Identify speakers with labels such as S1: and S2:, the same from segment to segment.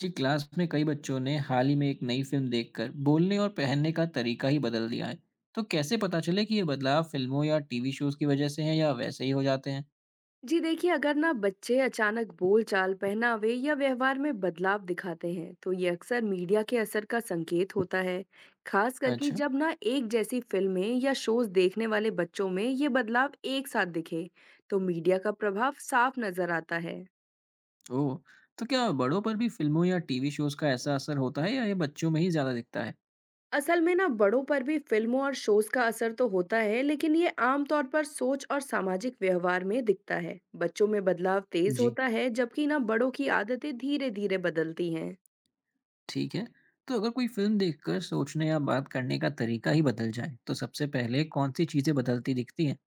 S1: जी class में कई बच्चों ने हाल ही में एक नई फिल्म देखकर बोलने और पहनने का तरीका ही बदल दिया है। तो कैसे पता चले कि ये बदलाव फिल्मों या टीवी शोज की वजह से हैं या वैसे ही हो जाते हैं।
S2: जी देखिए, अगर ना बच्चे अचानक बोलचाल, पहनावे या व्यवहार में बदलाव दिखाते हैं तो ये अक्सर मीडिया के असर का संकेत होता है। खास करके
S1: अच्छा।
S2: जब ना एक जैसी फिल्में या शोज देखने वाले बच्चों में ये बदलाव एक साथ दिखे तो मीडिया का प्रभाव साफ नजर आता है।
S1: ओह। तो क्या बड़ों पर भी फिल्मों या टीवी शोज का ऐसा असर होता है या ये बच्चों में ही ज़्यादा दिखता है।
S2: असल में ना बड़ों पर भी फिल्मों और शोज का असर तो होता है, लेकिन ये आमतौर पर सोच और सामाजिक व्यवहार में दिखता है। बच्चों में बदलाव तेज
S1: जी।
S2: होता है जबकि ना बड़ों की आदतें धीरे धीरे बदलती हैं।
S1: ठीक है। तो अगर कोई फिल्म देखकर सोचने या बात करने का तरीका ही बदल जाए तो सबसे पहले कौन सी चीज़ें बदलती दिखती हैं।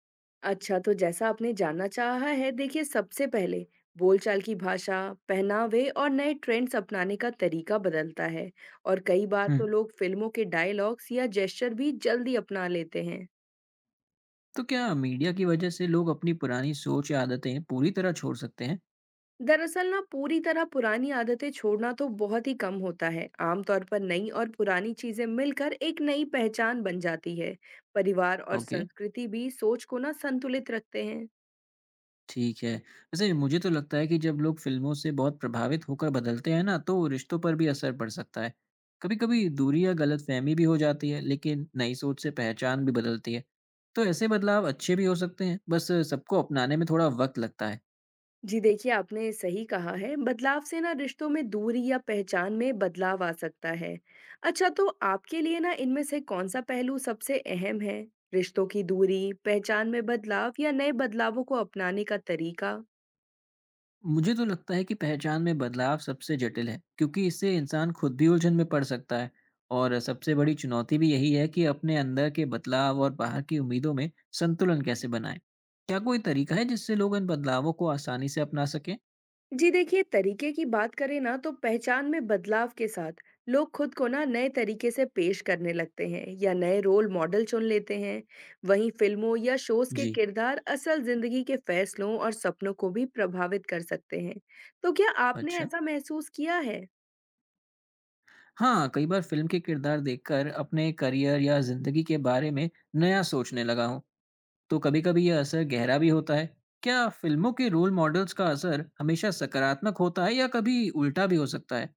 S2: अच्छा, तो जैसा आपने जानना चाहा है, देखिए सबसे पहले बोलचाल की भाषा, पहनावे और नए ट्रेंड्स अपनाने का तरीका बदलता है। और कई बार
S1: हम्म।
S2: तो लोग फिल्मों के डायलॉग्स या जेस्चर भी जल्दी अपना लेते हैं।
S1: तो क्या मीडिया की वजह से लोग अपनी पुरानी सोच या आदतें पूरी तरह छोड़ सकते हैं।
S2: दरअसल ना पूरी तरह पुरानी आदतें छोड़ना तो बहुत ही कम होता है। आमतौर पर नई और पुरानी चीजें मिलकर एक नई पहचान बन जाती है। परिवार और
S1: ओके।
S2: संस्कृति भी सोच को ना संतुलित रखते हैं।
S1: ठीक है। वैसे मुझे तो लगता है कि जब लोग फ़िल्मों से बहुत प्रभावित होकर बदलते हैं ना, तो रिश्तों पर भी असर पड़ सकता है। कभी-कभी दूरी या गलतफ़हमी भी हो जाती है, लेकिन नई सोच से पहचान भी बदलती है। तो ऐसे बदलाव अच्छे भी हो सकते हैं, बस सबको अपनाने में थोड़ा वक़्त लगता है।
S2: जी देखिए, आपने सही कहा है, बदलाव से ना रिश्तों में दूरी या पहचान में बदलाव आ सकता है। अच्छा, तो आपके लिए ना इनमें से कौन-सा पहलू सबसे अहम है? रिश्तों की दूरी, पहचान में बदलाव या नए बदलावों को अपनाने का तरीका?
S1: मुझे तो लगता है कि पहचान में बदलाव सबसे जटिल है क्योंकि इससे इंसान खुद भी उलझन में पड़ सकता है। और सबसे बड़ी चुनौती भी यही है कि अपने अंदर के बदलाव और बाहर की उम्मीदों में संतुलन कैसे बनाएं। क्या कोई तरीका है जिससे लोग इन बदलावों को आसानी से अपना सकें।
S2: जी देखिए, तरीके की बात करें ना तो पहचान में बदलाव के साथ लोग खुद को ना नए तरीके से पेश करने लगते हैं या नए रोल मॉडल चुन लेते हैं। वहीं फिल्मों या शोज के
S1: जी।
S2: किरदार असल जिंदगी के फैसलों और सपनों को भी प्रभावित कर सकते हैं। तो क्या आपने
S1: अच्छा,
S2: ऐसा महसूस किया है?
S1: हाँ कई बार फिल्म के किरदार देखकर अपने करियर या जिंदगी के बारे में नया सोचने लगा हूँ। तो कभी कभी यह असर गहरा भी होता है। क्या फिल्मों के रोल मॉडल्स का असर हमेशा सकारात्मक होता है या कभी उल्टा भी हो सकता है।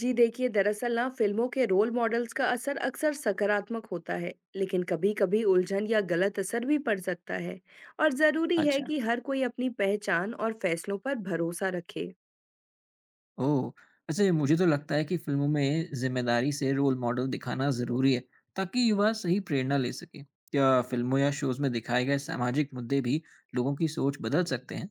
S2: जी देखिए, दरअसल ना फिल्मों के रोल मॉडल्स का असर अक्सर सकारात्मक होता है, लेकिन कभी-कभी उलझन या गलत असर भी पड़ सकता है। और जरूरी है
S1: अच्छा।
S2: कि हर कोई अपनी पहचान और फैसलों पर भरोसा रखे।
S1: ओह! वैसे मुझे तो लगता है कि फ़िल्मों में ज़िम्मेदारी से रोल मॉडल दिखाना ज़रूरी है, ताकि युवा सही प्रेरणा ले सकें। क्या फ़िल्मों या शोज़ में दिखाए गए सामाजिक मुद्दे भी लोगों की सोच बदल सकते हैं?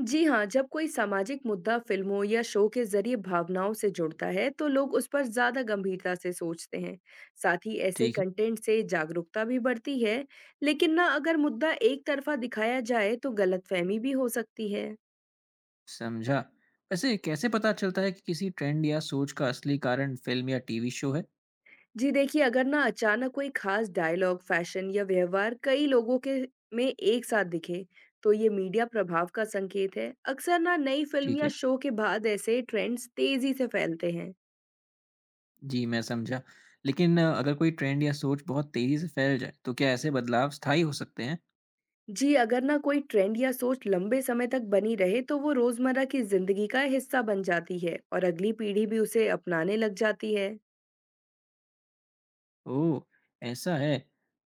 S2: जी हाँ, जब कोई सामाजिक मुद्दा फिल्मों या शो के ज़रिए भावनाओं से जुड़ता है, तो लोग उस पर ज़्यादा गंभीरता से सोचते हैं। साथ ही ऐसे
S1: ठीक है,
S2: कंटेंट से जागरूकता भी बढ़ती है, लेकिन ना अगर मुद्दा एक तरफ़ा दिखाया जाए, तो गलतफ़हमी भी हो सकती है।
S1: समझा। वैसे कैसे पता चलता है कि किसी ट्रेंड या सोच का असली कारण फ़िल्म या टीवी शो है?
S2: जी देखिए, अगर ना अचानक कोई खास डायलॉग, फैशन या व्यवहार कई लोगों के में एक साथ दिखे, तो ये मीडिया प्रभाव का संकेत है। अक्सर ना नई फिल्म
S1: ठीक
S2: या
S1: है,
S2: शो के बाद ऐसे ट्रेंड्स तेज़ी से फैलते हैं।
S1: जी मैं समझा। लेकिन अगर कोई ट्रेंड या सोच बहुत तेज़ी से फैल जाए, तो क्या ऐसे बदलाव स्थायी हो सकते हैं?
S2: जी, अगर ना कोई ट्रेंड या सोच लंबे समय तक बनी रहे तो वो रोजमर्रा की जिंदगी का हिस्सा बन जाती है और अगली पीढ़ी भी उसे अपनाने लग जाती है।
S1: ओह! ऐसा है।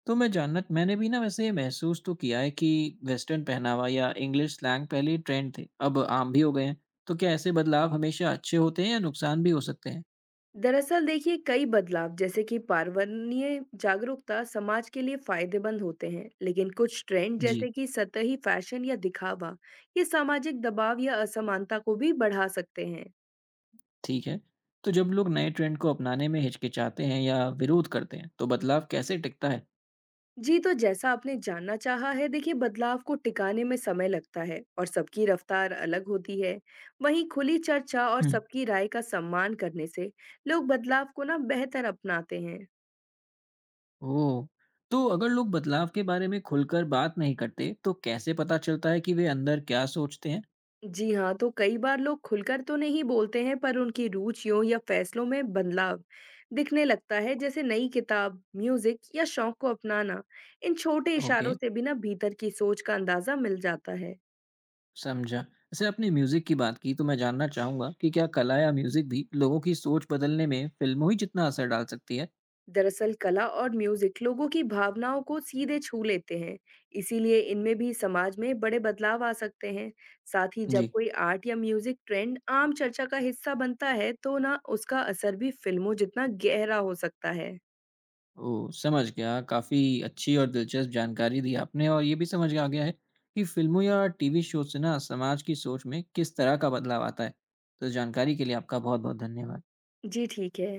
S1: तो मैंने भी ना वैसे ये महसूस तो किया है कि वेस्टर्न पहनावा या इंग्लिश स्लैंग पहले ट्रेंड थे, अब आम भी हो गए हैं। तो क्या ऐसे बदलाव हमेशा अच्छे होते हैं या नुकसान भी हो सकते हैं?
S2: दरअसल देखिए, कई बदलाव जैसे कि पर्यावरणीय जागरूकता समाज के लिए फायदेमंद होते हैं, लेकिन कुछ ट्रेंड
S1: जी,
S2: जैसे कि सतही फैशन या दिखावा, ये सामाजिक दबाव या असमानता को भी बढ़ा सकते हैं।
S1: ठीक है। तो जब लोग नए ट्रेंड को अपनाने में हिचकिचाते हैं या विरोध करते हैं, तो बदलाव कैसे टिकता है?
S2: जी, तो जैसा आपने जानना चाहा है, देखिए बदलाव को टिकाने में समय लगता है और सबकी रफ्तार अलग होती है। वहीं खुली चर्चा और
S1: हुँ,
S2: सबकी राय का सम्मान करने से लोग बदलाव को ना बेहतर अपनाते हैं।
S1: ओह! तो अगर लोग बदलाव के बारे में खुलकर बात नहीं करते, तो कैसे पता चलता है कि वे अंदर क्या सोचते हैं?
S2: जी हाँ, तो कई बार लोग खुलकर तो नहीं बोलते हैं, पर उनकी रुचियों या फैसलों में बदलाव दिखने लगता है, जैसे नई किताब, म्यूजिक या शौक को अपनाना। इन छोटे इशारों
S1: ओके।
S2: से भी ना भीतर की सोच का अंदाजा मिल जाता है।
S1: समझा। वैसे आपने म्यूज़िक की बात की, तो मैं जानना चाहूँगा कि क्या कला या म्यूज़िक भी लोगों की सोच बदलने में फ़िल्मों ही जितना असर डाल सकती है?
S2: दरअसल कला और म्यूजिक लोगों की भावनाओं को सीधे छू लेते हैं, इसीलिए इनमें भी समाज में बड़े बदलाव आ सकते हैं। साथ ही जब
S1: जी।
S2: कोई आर्ट या म्यूजिक ट्रेंड आम चर्चा का हिस्सा बनता है तो ना उसका असर भी फिल्मों जितना गहरा हो सकता है।
S1: ओह! समझ गया। काफ़ी अच्छी और दिलचस्प जानकारी दी आपने और ये भी समझ आ गया है कि फ़िल्मों या टीवी शो से ना समाज की सोच में किस तरह का बदलाव आता है। तो इस जानकारी के लिए आपका बहुत-बहुत धन्यवाद।
S2: जी ठीक है।